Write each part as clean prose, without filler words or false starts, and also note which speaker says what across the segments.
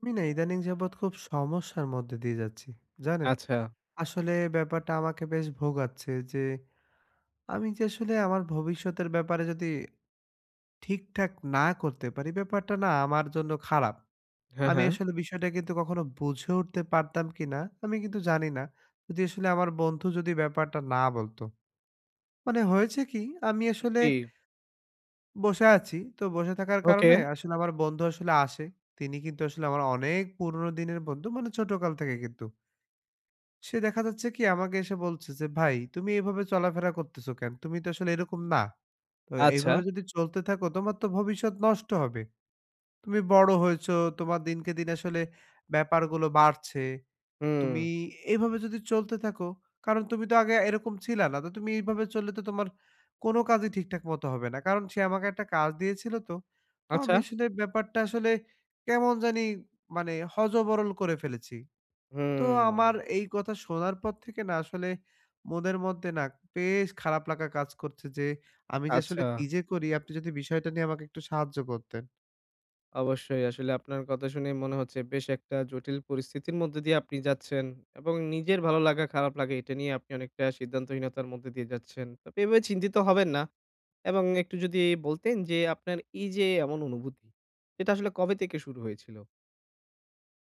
Speaker 1: আমি না ইদানিং যাবৎ খুব সমস্যার মধ্যে দিয়ে যাচ্ছি। জানেন?
Speaker 2: আচ্ছা।
Speaker 1: আসলে ব্যাপারটা আমাকে বেশ ভোগাচ্ছে যে, আমি যে আসলে আমার ভবিষ্যতের ব্যাপারে যদি ঠিকঠাক না করতে পারি, ব্যাপারটা না আমার জন্য খারাপ।
Speaker 2: হ্যাঁ,
Speaker 1: আমি
Speaker 2: হ্যাঁ।
Speaker 1: আসলে বিষয়টা কিন্তু কখনো বুঝে উঠতে পারতাম কিনা, আমি কিন্তু জানি না। যদি আসলে আমার বন্ধু যদি ব্যাপারটা না বলতো। মানে হয়েছে কি? আমি আসলে
Speaker 2: জি।
Speaker 1: বসে আছি। তো বসে থাকার
Speaker 2: ওকে।
Speaker 1: কারণে আসলে আমার বন্ধু আসলে আসে। তিনি কিন্তু আসলে আমার অনেক পুরনো দিনের বন্ধু, মানে ছোটকাল থেকে কিন্তু। সে দেখা যাচ্ছে কি আমাকে এসে বলছে যে, "ভাই তুমি এভাবে চলাফেরা করতেছো কেন? তুমি তো আসলে এরকম না। তো
Speaker 2: আচ্ছা।
Speaker 1: এইভাবে যদি চলতে থাকো তোমার তো ভবিষ্যৎ নষ্ট হবে। তুমি বড় হয়েছো, তোমার দিনকে দিন আসলে ব্যাপারগুলো বাড়ছে।
Speaker 2: হুম।
Speaker 1: তুমি এভাবে যদি চলতে থাকো, কারণ তুমি তো আগে এরকম ছিলা না। তো তুমি এইভাবে চললে তো তোমার কোনো কাজই ঠিকঠাক মতো হবে না।" কারণ সে আমাকে একটা কাজ দিয়েছিল তো। তো
Speaker 2: আচ্ছা।
Speaker 1: আমি আসলে ব্যাপারটা আসলে কেমন জানি মানে হযবরল করে ফেলেছি। তো
Speaker 2: হুম।
Speaker 1: আমার এই কথা শোনার পর থেকে না আসলে মনের মধ্যে না বেশ খারাপ লাগা কাজ করছে যে আমি যে আসলে
Speaker 2: আচ্ছা।
Speaker 1: কি যে করি আপনি যদি বিষয়টা নিয়ে আমাকে একটু সাহায্য করতেন।
Speaker 2: অবশ্যই। আসলে আপনার কথা শুনে মনে হচ্ছে বেশ একটা জটিল পরিস্থিতির মধ্যে দিয়ে আপনি যাচ্ছেন এবং নিজের ভালো লাগা খারাপ লাগা এটা নিয়ে আপনি অনেকটা সিদ্ধান্তহীনতার মধ্যে দিয়ে যাচ্ছেন। তবে এভাবে চিন্তিত হবেন না এবং একটু যদি বলতেন যে আপনার এই যে এমন অনুভূতি এটা আসলে কবে থেকে শুরু হয়েছিল?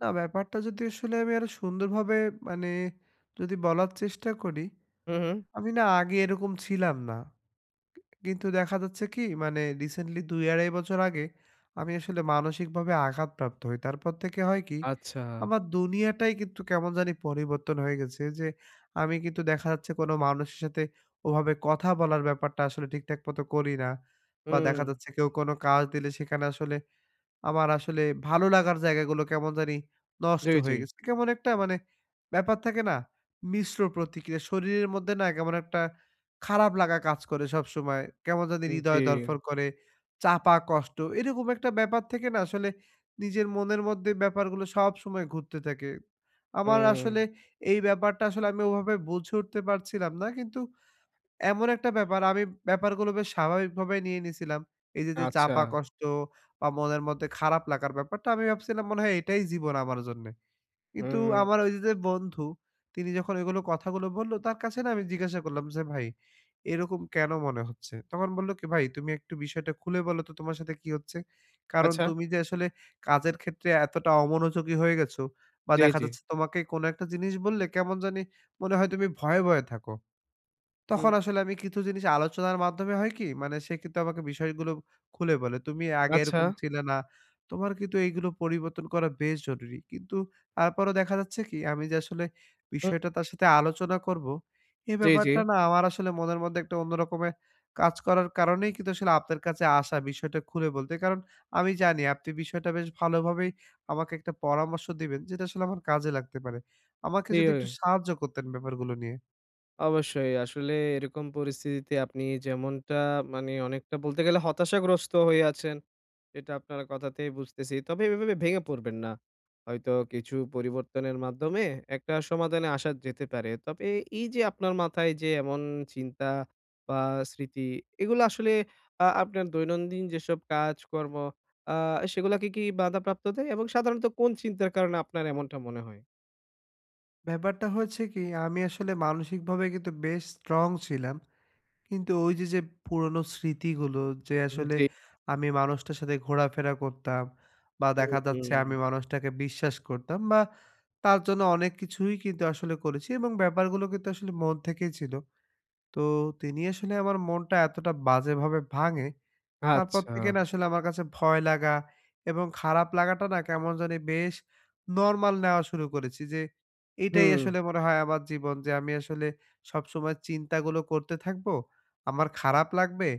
Speaker 1: না ব্যাপারটা যদি আসলে আমি আরো সুন্দরভাবে মানে যদি বলার চেষ্টা করি,
Speaker 2: হু, হু।
Speaker 1: আমি না আগে এরকম ছিলাম না। কিন্তু দেখা যাচ্ছে কি মানে রিসেন্টলি ২ ২.৫ বছর আগে আমি আসলে মানসিকভাবে আঘাতপ্রাপ্ত হই। তারপর থেকে হয় কি
Speaker 2: আচ্ছা।
Speaker 1: আমার দুনিয়াটাই কিন্তু কেমন জানি পরিবর্তন হয়ে গেছে যে আমি কিন্তু দেখা যাচ্ছে কোনো মানুষের সাথে ওভাবে কথা বলার ব্যাপারটা আসলে ঠিকঠাক মতো করি না। বা
Speaker 2: হুম।
Speaker 1: দেখা যাচ্ছে কেউ কোনো কাজ দিলে সেখানে আসলে আমার আসলে ভালো লাগার জায়গাগুলো কেমন জানি নষ্ট
Speaker 2: জি, জি।
Speaker 1: হয়ে গেছে। কেমন একটা মানে ব্যাপার থাকে না? মিশ্র প্রতিক্রিয়া। শরীরের মধ্যে না কেমন একটা খারাপ লাগা কাজ করে সবসময়। কেমন জানি
Speaker 2: জি।
Speaker 1: হৃদয় ধড়ফড় করে, চাপা কষ্ট এরকম একটা ব্যাপার থেকে না আসলে নিজের মনের মধ্যে ব্যাপারগুলো সবসময় ঘুরতে থাকে। আমার
Speaker 2: হুম।
Speaker 1: আসলে এই ব্যাপারটা আসলে আমি ওভাবে বুঝে উঠতে পারছিলাম না। কিন্তু এমন একটা ব্যাপার আমি ব্যাপারগুলো বেশ স্বাভাবিকভাবে নিয়ে নিয়েছিলাম। এই যে, যে
Speaker 2: আচ্ছা।
Speaker 1: চাপা কষ্ট বা মনের মধ্যে খারাপ লাগার ব্যাপারটা আমি ভাবছিলাম মনে হয় এটাই জীবন আমার জন্যে। কিন্তু
Speaker 2: হুম।
Speaker 1: আমার ওই যে, যে বন্ধু তিনি যখন এগুলো কথাগুলো বলল তার কাছে না আমি জিজ্ঞাসা করলাম যে, "ভাই এরকম কেন মনে হচ্ছে?" তখন বলল কি, "ভাই তুমি একটু বিষয়টা খুলে বলো তো তোমার সাথে কি হচ্ছে? কারণ
Speaker 2: আচ্ছা,
Speaker 1: তুমি যে আসলে কাজের ক্ষেত্রে এতটা অমনোযোগী হয়ে গেছো বা
Speaker 2: জি,
Speaker 1: দেখা
Speaker 2: জি।
Speaker 1: যাচ্ছে তোমাকে কোনো একটা জিনিস বললে কেমন জানি মনে হয় তুমি ভয়ে, ভয়ে থাকো।"
Speaker 2: হুম।
Speaker 1: তখন আসলে আমি কিছু জিনিস আলোচনার মাধ্যমে হয় কি, মানে সে কিন্তু আমাকে বিষয়গুলো খুলে বলে। "তুমি আগে
Speaker 2: আচ্ছা।
Speaker 1: এরকম ছিলে না। তোমার কিন্তু এইগুলো পরিবর্তন করা বেশ জরুরি।" কিন্তু তারপরও দেখা যাচ্ছে কি আমি যে আসলে
Speaker 2: হুম।
Speaker 1: বিষয়টা তার সাথে আলোচনা করব, এই
Speaker 2: জি, জি।
Speaker 1: ব্যাপারটা না আমার আসলে মনের মধ্যে একটা অন্য রকমের কাজ করার কারণেই কিন্তু আসলে আপনার কাছে আসা বিষয়টা খুলে বলতে। কারণ আমি জানি আপনি বিষয়টা বেশ ভালোভাবেই আমাকে একটা পরামর্শ দিবেন যেটা আসলে আমার কাজে লাগতে পারে। আমাকে
Speaker 2: জি,
Speaker 1: যদি
Speaker 2: ওই
Speaker 1: একটু সাহায্য করতেন ব্যাপারগুলো নিয়ে।
Speaker 2: অবশ্যই। আসলে এরকম পরিস্থিতিতে আপনি যেমনটা মানে অনেকটা বলতে গেলে হতাশাগ্রস্ত হয়ে আছেন। এটা আপনার কথাতেই বুঝতেছি। তবে এভাবে ভেঙে পড়বেন না। হয়তো কিছু পরিবর্তনের মাধ্যমে একটা সমাধানে আসা যেতে পারে। তবে এই যে আপনার মাথায় যে এমন চিন্তা বা স্মৃতি, এগুলো আসলে আপনার দৈনন্দিন যেসব কাজকর্ম আ সেগুলাকে কি বাধাপ্রাপ্ত দেয়? এবং সাধারণত কোন চিন্তার কারণে আপনার এমনটা মনে হয়?
Speaker 1: ব্যাপারটা হচ্ছে কি, আমি আসলে মানসিকভাবে কিন্তু বেশ স্ট্রং ছিলাম। কিন্তু ওই যে, যে পুরনো স্মৃতিগুলো যে আসলে
Speaker 2: জি,
Speaker 1: আমি মানুষটার সাথে ঘোরাফেরা করতাম বা
Speaker 2: হুম,
Speaker 1: দেখা যাচ্ছে
Speaker 2: হুম।
Speaker 1: আমি মানুষটাকে বিশ্বাস করতাম বা তার জন্য অনেক কিছুই কিন্তু আসলে করেছি এবং ব্যাপারগুলো কিন্তু আসলে মন থেকেই ছিল। তো তিনি আসলে আমার মনটা এতটা বাজেভাবে ভাঙে তারপর
Speaker 2: আচ্ছা,
Speaker 1: থেকে না আসলে আমার কাছে ভয় লাগা এবং খারাপ লাগাটা না কেমন জানি বেশ নরমাল নেওয়া শুরু করেছি যে এটাই
Speaker 2: হুম।
Speaker 1: আসলে মনে হয় আমার জীবন যে আমি আসলে সবসময় চিন্তাগুলো করতে থাকবো আমার খারাপ লাগবে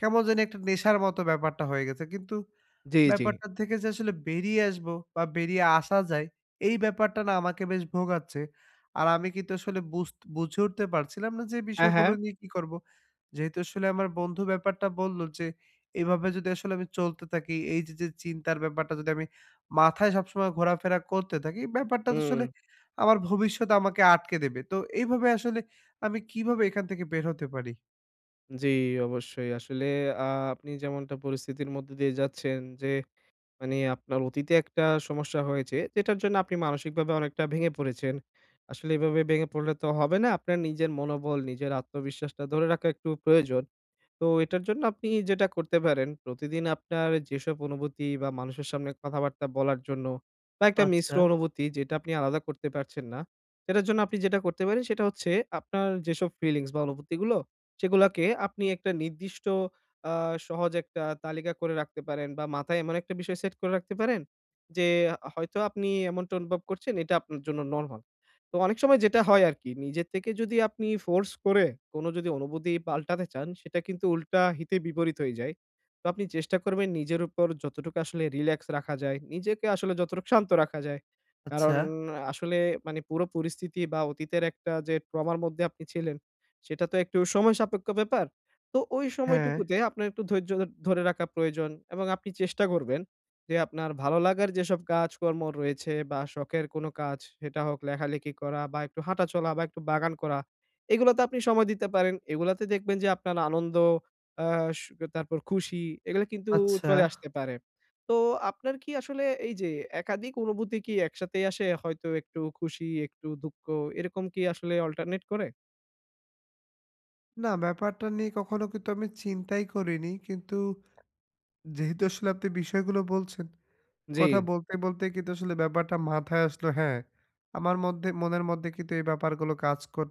Speaker 1: কেমন জানি একটা নেশার মতো ব্যাপারটা হয়ে গেছে কিন্তু
Speaker 2: জি, জি।
Speaker 1: ব্যাপারটা থেকে যে আসলে বেরিয়ে আসবো বা বেরিয়ে আসা যায়, এই ব্যাপারটা না আমাকে বেশ ভোগাচ্ছে। আর আমি কিন্তু আসলে বুঝে উঠতে পারছিলাম না যে এই
Speaker 2: হ্যাঁ,
Speaker 1: বিষয়গুলো
Speaker 2: হ্যাঁ।
Speaker 1: নিয়ে কি করব? যেহেতু আসলে আমার বন্ধু ব্যাপারটা বলল যে, এভাবে যদি আসলে আমি চলতে থাকি, এই যে, যে চিন্তার ব্যাপারটা যদি আমি মাথায় সবসময় ঘোরাফেরা করতে থাকি, ব্যাপারটা তো
Speaker 2: হুম।
Speaker 1: আসলে আমার ভবিষ্যৎ আমাকে আটকে দেবে। তো এইভাবে আসলে আমি কিভাবে এখান থেকে বের হতে পারি?
Speaker 2: জি, অবশ্যই। আসলে আ আপনি যেমনটা পরিস্থিতির মধ্যে দিয়ে যাচ্ছেন যে, মানে আপনার অতীতে একটা সমস্যা হয়েছে, যেটার জন্য আপনি মানসিকভাবে অনেকটা ভেঙে পড়েছেন। আসলে এভাবে ভেঙে পড়লে তো হবে না। আপনার নিজের মনোবল, নিজের আত্মবিশ্বাসটা ধরে রাখা একটু প্রয়োজন। তো এটার জন্য আপনি যেটা করতে পারেন, প্রতিদিন আপনার যেসব অনুভূতি বা মানুষের সামনে কথাবার্তা বলার জন্য বা একটা
Speaker 1: আচ্ছা,
Speaker 2: মিশ্র অনুভূতি যেটা আপনি আলাদা করতে পারছেন না, সেটার জন্য আপনি যেটা করতে পারেন সেটা হচ্ছে আপনার যেসব ফিলিংস বা অনুভূতিগুলো সেগুলাকে আপনি একটা নির্দিষ্ট আ সহজ একটা তালিকা করে রাখতে পারেন বা মাথায় এমন একটা বিষয় সেট করে রাখতে পারেন যে হয়তো আপনি এমনটা অনুভব করছেন এটা আপনার জন্য নরমাল। তো অনেক সময় যেটা হয় আরকি, নিজে থেকে যদি আপনি ফোর্স করে কোন যদি অনুভূতি পাল্টাতে চান, সেটা কিন্তু উল্টা হিতে বিপরীত হয়ে যায়। তো আপনি চেষ্টা করবেন নিজের উপর যতটুকু আসলে রিল্যাক্স রাখা যায়, নিজেকে আসলে যতটুকু শান্ত রাখা যায়।
Speaker 1: আচ্ছা,
Speaker 2: কারণ আসলে মানে পুরো পরিস্থিতি বা অতীতের একটা যে ট্রমার মধ্যে আপনি ছিলেন, সেটা তো একটু সময় সাপেক্ষ ব্যাপার। তো ওই
Speaker 1: হ্যাঁ।
Speaker 2: সময়টুকুতে আপনার একটু ধৈর্য ধরে রাখা প্রয়োজন এবং আপনি চেষ্টা করবেন যে আপনার ভালো লাগার যেসব কাজকর্ম রয়েছে বা শখের কোনো কাজ, সেটা হোক লেখালেখি করা বা একটু হাঁটাচলা বা একটু বাগান করা, এগুলোতে আপনি সময় দিতে পারেন। এগুলাতে দেখবেন যে আপনার আনন্দ আ সু তারপর খুশি এগুলো কিন্তু
Speaker 1: আচ্ছা।
Speaker 2: চলে আসতে পারে। তো আপনার কি আসলে এই যে একাধিক অনুভূতি কি একসাথেই আসে? হয়তো একটু খুশি, একটু দুঃখ এরকম কি আসলে অল্টারনেট করে?
Speaker 1: না, ব্যাপারটা নিয়ে কখনো কিন্তু আমি চিন্তাই করিনি। কিন্তু যেহেতু আসলে আপনি বিষয়গুলো বলছেন
Speaker 2: জি।
Speaker 1: কথা বলতে, বলতে কিন্তু আসলে ব্যাপারটা মাথায় আসলো। হ্যাঁ, আমার মধ্যে মনের মধ্যে কিন্তু এই ব্যাপারগুলো কাজ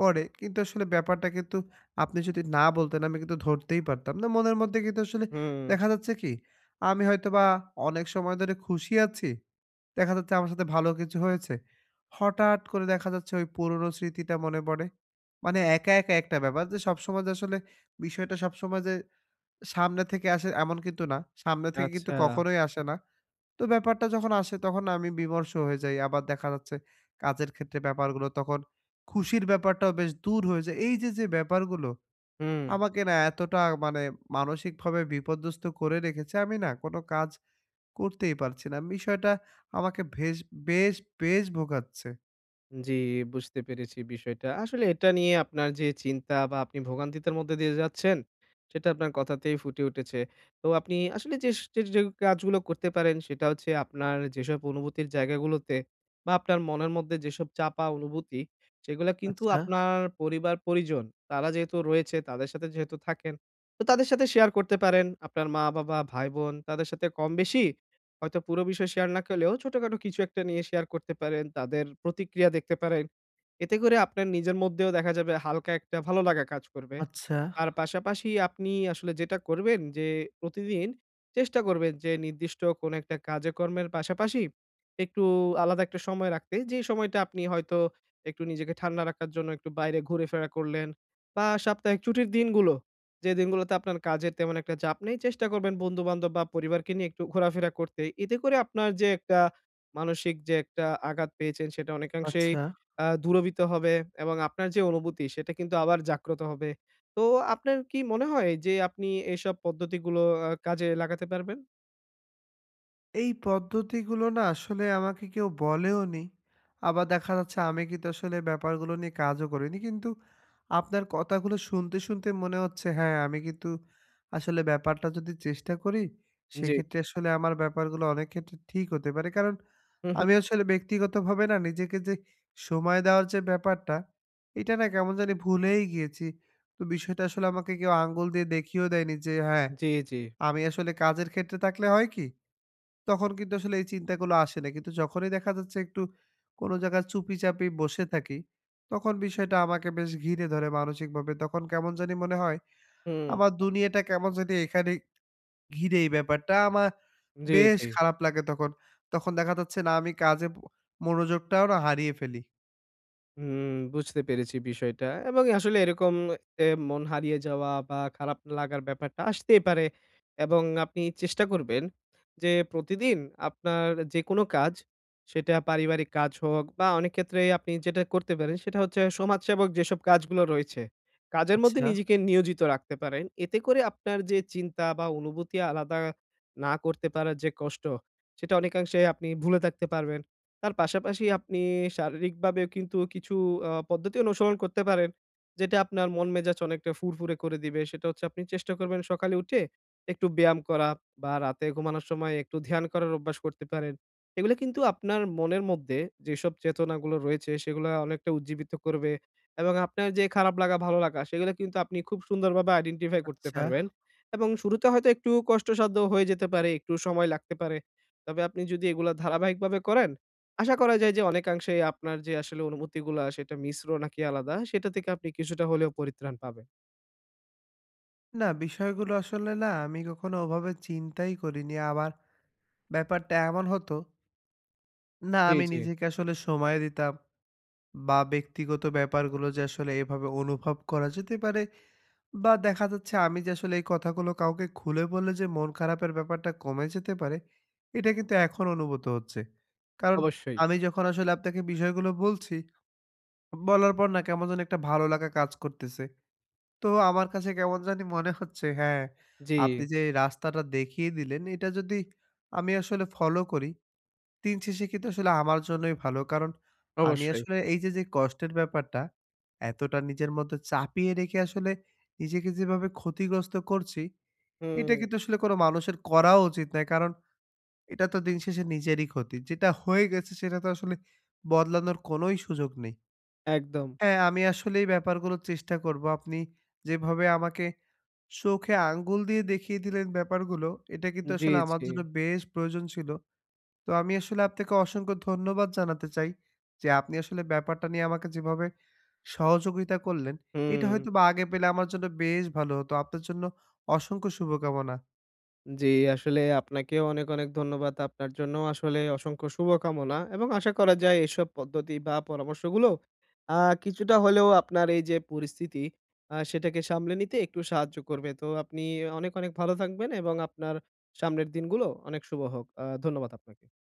Speaker 1: করে। কিন্তু আসলে ব্যাপারটা কিন্তু আপনি যদি না বলতেন আমি কিন্তু ধরতেই পারতাম না। মনের মধ্যে কিন্তু আসলে
Speaker 2: হুম।
Speaker 1: দেখা যাচ্ছে কি, আমি হয়তোবা অনেক সময় ধরে খুশি আছি। দেখা যাচ্ছে আমার সাথে ভালো কিছু হয়েছে। হঠাৎ করে দেখা যাচ্ছে ওই পুরনো স্মৃতিটা মনে পড়ে। মানে একা, একা একটা ব্যাপার যে সবসময় যে আসলে বিষয়টা সবসময় যে সামনে থেকে আসে এমন কিন্তু না। সামনে থেকে কিন্তু
Speaker 2: আচ্ছা।
Speaker 1: কখনোই আসে না। তো ব্যাপারটা যখন আসে তখন আমি বিমর্ষ হয়ে যাই। আবার দেখা যাচ্ছে কাজের ক্ষেত্রে ব্যাপারগুলো তখন খুশির ব্যাপারটাও বেশ দূর হয়ে যায়। এই যে, যে ব্যাপারগুলো
Speaker 2: হুম।
Speaker 1: আমাকে না এতটা মানে মানসিকভাবে বিপর্যস্ত করে রেখেছে, আমি না কোনো কাজ করতেই পারছি না। বিষয়টা আমাকে বেশ, বেশ ভোগাচ্ছে।
Speaker 2: জি, বুঝতে পেরেছি বিষয়টা। আসলে এটা নিয়ে আপনার যে চিন্তা বা আপনি ভোগান্তিতার মধ্যে দিয়ে যাচ্ছেন, সেটা আপনার কথাতেই ফুটে উঠেছে। তো আপনি আসলে যে কাজগুলো করতে পারেন সেটা হচ্ছে আপনার যেসব অনুভূতির জায়গাগুলোতে বা আপনার মনের মধ্যে যেসব চাপা অনুভূতি, সেগুলা কিন্তু
Speaker 1: আচ্ছা,
Speaker 2: আপনার পরিবার-পরিজন তারা যেহেতু রয়েছে, তাদের সাথে যেহেতু থাকেন, তো তাদের সাথে শেয়ার করতে পারেন। আপনার মা-বাবা, ভাই-বোন তাদের সাথে কম বেশি হয়তো পুরো বিষয় শেয়ার না করলেও ছোটখাটো কিছু একটা নিয়ে শেয়ার করতে পারেন। তাদের প্রতিক্রিয়া দেখতে পারেন এতে করে আপনার নিজের মধ্যেও দেখা যাবে হালকা একটা ভালো লাগা কাজ করবে।
Speaker 1: আচ্ছা,
Speaker 2: তার পাশাপাশি আপনি আসলে যেটা করবেন যে প্রতিদিন চেষ্টা করবেন যে নির্দিষ্ট কোনো একটা কাজে-কর্মের পাশাপাশি একটু আলাদা একটা সময় রাখতে। যে সময়টা আপনি হয়তো একটু নিজেকে ঠান্ডা রাখার জন্য একটু বাইরে ঘুরে-ফেরা করলেন বা সাপ্তাহিক ছুটির দিনগুলো, যে দিনগুলোতে আপনার কাজের তেমন একটা চাপ নেই, চেষ্টা করবেন বন্ধু-বান্ধব বা পরিবারকে নিয়ে একটু ঘোরাফেরা করতে। এতে করে আপনার যে একটা মানসিক যে একটা আঘাত পেয়েছেন সেটা অনেকাংশেই
Speaker 1: আচ্ছা।
Speaker 2: দূরভীত হবে এবং আপনার যে অনুভূতি সেটা কিন্তু আবার জাগ্রত হবে। তো আপনার কি মনে হয় যে আপনি এসব পদ্ধতিগুলো কাজে লাগাতে পারবেন?
Speaker 1: এই পদ্ধতিগুলো না আসলে আমাকে কেউ বলেওনি। আবার দেখা যাচ্ছে আমি কিন্তু আসলে ব্যাপারগুলো নিয়ে কাজও করিনি। কিন্তু আপনার কথাগুলো শুনতে, শুনতে মনে হচ্ছে হ্যাঁ, আমি কিন্তু আসলে ব্যাপারটা যদি চেষ্টা করি,
Speaker 2: জি।
Speaker 1: সেক্ষেত্রে আসলে আমার ব্যাপারগুলো অনেক ক্ষেত্রে ঠিক হতে পারে। কারণ
Speaker 2: হু, হু।
Speaker 1: আমি আসলে ব্যক্তিগতভাবে না নিজেকে যে সময় দেওয়ার যে ব্যাপারটা, এটা না কেমন জানি ভুলেই গিয়েছি। তো বিষয়টা আসলে আমাকে কেউ আঙ্গুল দিয়ে দেখিয়েও দেয়নি যে হ্যাঁ,
Speaker 2: জি, জি।
Speaker 1: আমি আসলে কাজের ক্ষেত্রে থাকলে হয় কি তখন কিন্তু আসলে এই চিন্তাগুলো আসে না। কিন্তু যখনই দেখা যাচ্ছে একটু কোনো জায়গায় চুপিচাপি বসে থাকি, তখন বিষয়টা আমাকে বেশ ঘিরে ধরে মানসিকভাবে। তখন কেমন জানি মনে হয়
Speaker 2: হুম।
Speaker 1: আমার দুনিয়াটা কেমন জানি এখানে ঘিরে এই ব্যাপারটা আমার
Speaker 2: জি,
Speaker 1: বেশ
Speaker 2: জি।
Speaker 1: খারাপ লাগে তখন। তখন দেখা যাচ্ছে না আমি কাজে মনোযোগটাও না হারিয়ে ফেলি।
Speaker 2: হুম, বুঝতে পেরেছি বিষয়টা। এবং আসলে এরকম মন হারিয়ে যাওয়া বা খারাপ লাগার ব্যাপারটা আসতেই পারে। এবং আপনি চেষ্টা করবেন যে প্রতিদিন আপনার যেকোনো কাজ, সেটা পারিবারিক কাজ হোক বা অনেক ক্ষেত্রেই আপনি যেটা করতে পারেন সেটা হচ্ছে সমাজসেবক যেসব কাজগুলো রয়েছে, কাজের মধ্যে
Speaker 1: আচ্ছা,
Speaker 2: নিজেকে নিয়োজিত রাখতে পারেন। এতে করে আপনার যে চিন্তা বা অনুভূতি আলাদা না করতে পারার যে কষ্ট, সেটা অনেকাংশে আপনি ভুলে থাকতে পারবেন। তার পাশাপাশি আপনি শারীরিকভাবেও কিন্তু কিছু পদ্ধতি অনুসরণ করতে পারেন। যেটা আপনার মন মেজাজ অনেকটা ফুরফুরে করে দিবে। সেটা হচ্ছে আপনি চেষ্টা করবেন সকালে উঠে একটু ব্যায়াম করা বা রাতে ঘুমানোর সময় একটু ধ্যান করার অভ্যাস করতে পারেন। এগুলো কিন্তু আপনার মনের মধ্যে যেসব চেতনাগুলো রয়েছে সেগুলা অনেকটা উজ্জীবিত করবে এবং আপনার যে খারাপ লাগা, ভালো লাগা সেগুলো কিন্তু আপনি খুব সুন্দরভাবে আইডেন্টিফাই করতে
Speaker 1: আচ্ছা।
Speaker 2: পারবেন। এবং শুরুতে হয়তো একটু কষ্টসাধ্য হয়ে যেতে পারে, একটু সময় লাগতে পারে। তবে আপনি যদি এগুলা ধারাবাহিকভাবে করেন আশা করা যায় যে অনেকাংশেই আপনার যে আসলে অনুভূতিগুলা সেটা মিশ্র নাকি আলাদা, সেটা থেকে আপনি কিছুটা হলেও পরিত্রাণ পাবেন।
Speaker 1: না, বিষয়গুলো আসলে না আমি কখনো ওভাবে চিন্তাই করিনি। আবার ব্যাপারটা এমন হতো, না
Speaker 2: জি,
Speaker 1: আমি
Speaker 2: জি।
Speaker 1: নিজেকে আসলে সময় দিতাম। বা ব্যক্তিগত ব্যাপারগুলো যে আসলে এভাবে অনুভব করা যেতে পারে বা দেখা যাচ্ছে আমি যে আসলে এই কথাগুলো কাউকে খুলে বললে যে মন খারাপের ব্যাপারটা কমে যেতে পারে এটা কিন্তু এখন অনুভূত হচ্ছে। কারণ
Speaker 2: অবশ্যই।
Speaker 1: আমি যখন আসলে আপনাকে বিষয়গুলো বলছি, বলার পর না কেমন যেন একটা ভালো লাগা কাজ করতেছে। তো আমার কাছে কেমন জানি মনে হচ্ছে হ্যাঁ,
Speaker 2: জি,
Speaker 1: আপনি যে এই রাস্তাটা দেখিয়ে দিলেন এটা যদি আমি আসলে ফলো করি দিন শেষে কিন্তু আসলে আমার জন্যই ভালো। কারণ আমি
Speaker 2: অবশ্যই।
Speaker 1: আসলে এই যে, যে কষ্টের ব্যাপারটা, এতটা নিজের মধ্যে চাপিয়ে রেখে আসলে নিজেকে যেভাবে ক্ষতিগ্রস্ত করছি,
Speaker 2: হুম,
Speaker 1: এটা কিন্তু আসলে কোনো মানুষের করাও উচিত নয়। কারণ এটা তো দিন শেষে নিজেরই ক্ষতি। যেটা হয়ে গেছে সেটা তো আসলে বদলানোর কোনোই সুযোগ নেই।
Speaker 2: একদম।
Speaker 1: হ্যাঁ, আমি আসলে এই ব্যাপারগুলো চেষ্টা করব। আপনি যেভাবে আমাকে চোখে আঙ্গুল দিয়ে দেখিয়ে দিলেন ব্যাপারগুলো, এটা কিন্তু
Speaker 2: জি,
Speaker 1: আসলে আমার
Speaker 2: জি।
Speaker 1: জন্য বেশ প্রয়োজন ছিল। তো আমি আসলে আপনাকে অসংখ্য ধন্যবাদ জানাতে চাই যে আপনি আসলে ব্যাপারটা নিয়ে আমাকে যেভাবে সহযোগিতা করলেন, এটা
Speaker 2: হুম।
Speaker 1: হয়তোবা আগে পেলে আমার জন্য বেশ ভালো হতো। আপনার জন্য অসংখ্য শুভকামনা।
Speaker 2: জি, আসলে আপনাকেও অনেক, অনেক ধন্যবাদ। আপনার জন্যও আসলে অসংখ্য শুভকামনা এবং আশা করা যায় এসব পদ্ধতি বা পরামর্শগুলো আ কিছুটা হলেও আপনার এই যে পরিস্থিতি সেটাকে সামলে নিতে একটু সাহায্য করবে। তো আপনি অনেক, অনেক ভালো থাকবেন এবং আপনার সামনের দিনগুলো অনেক শুভ হোক। ধন্যবাদ আপনাকে।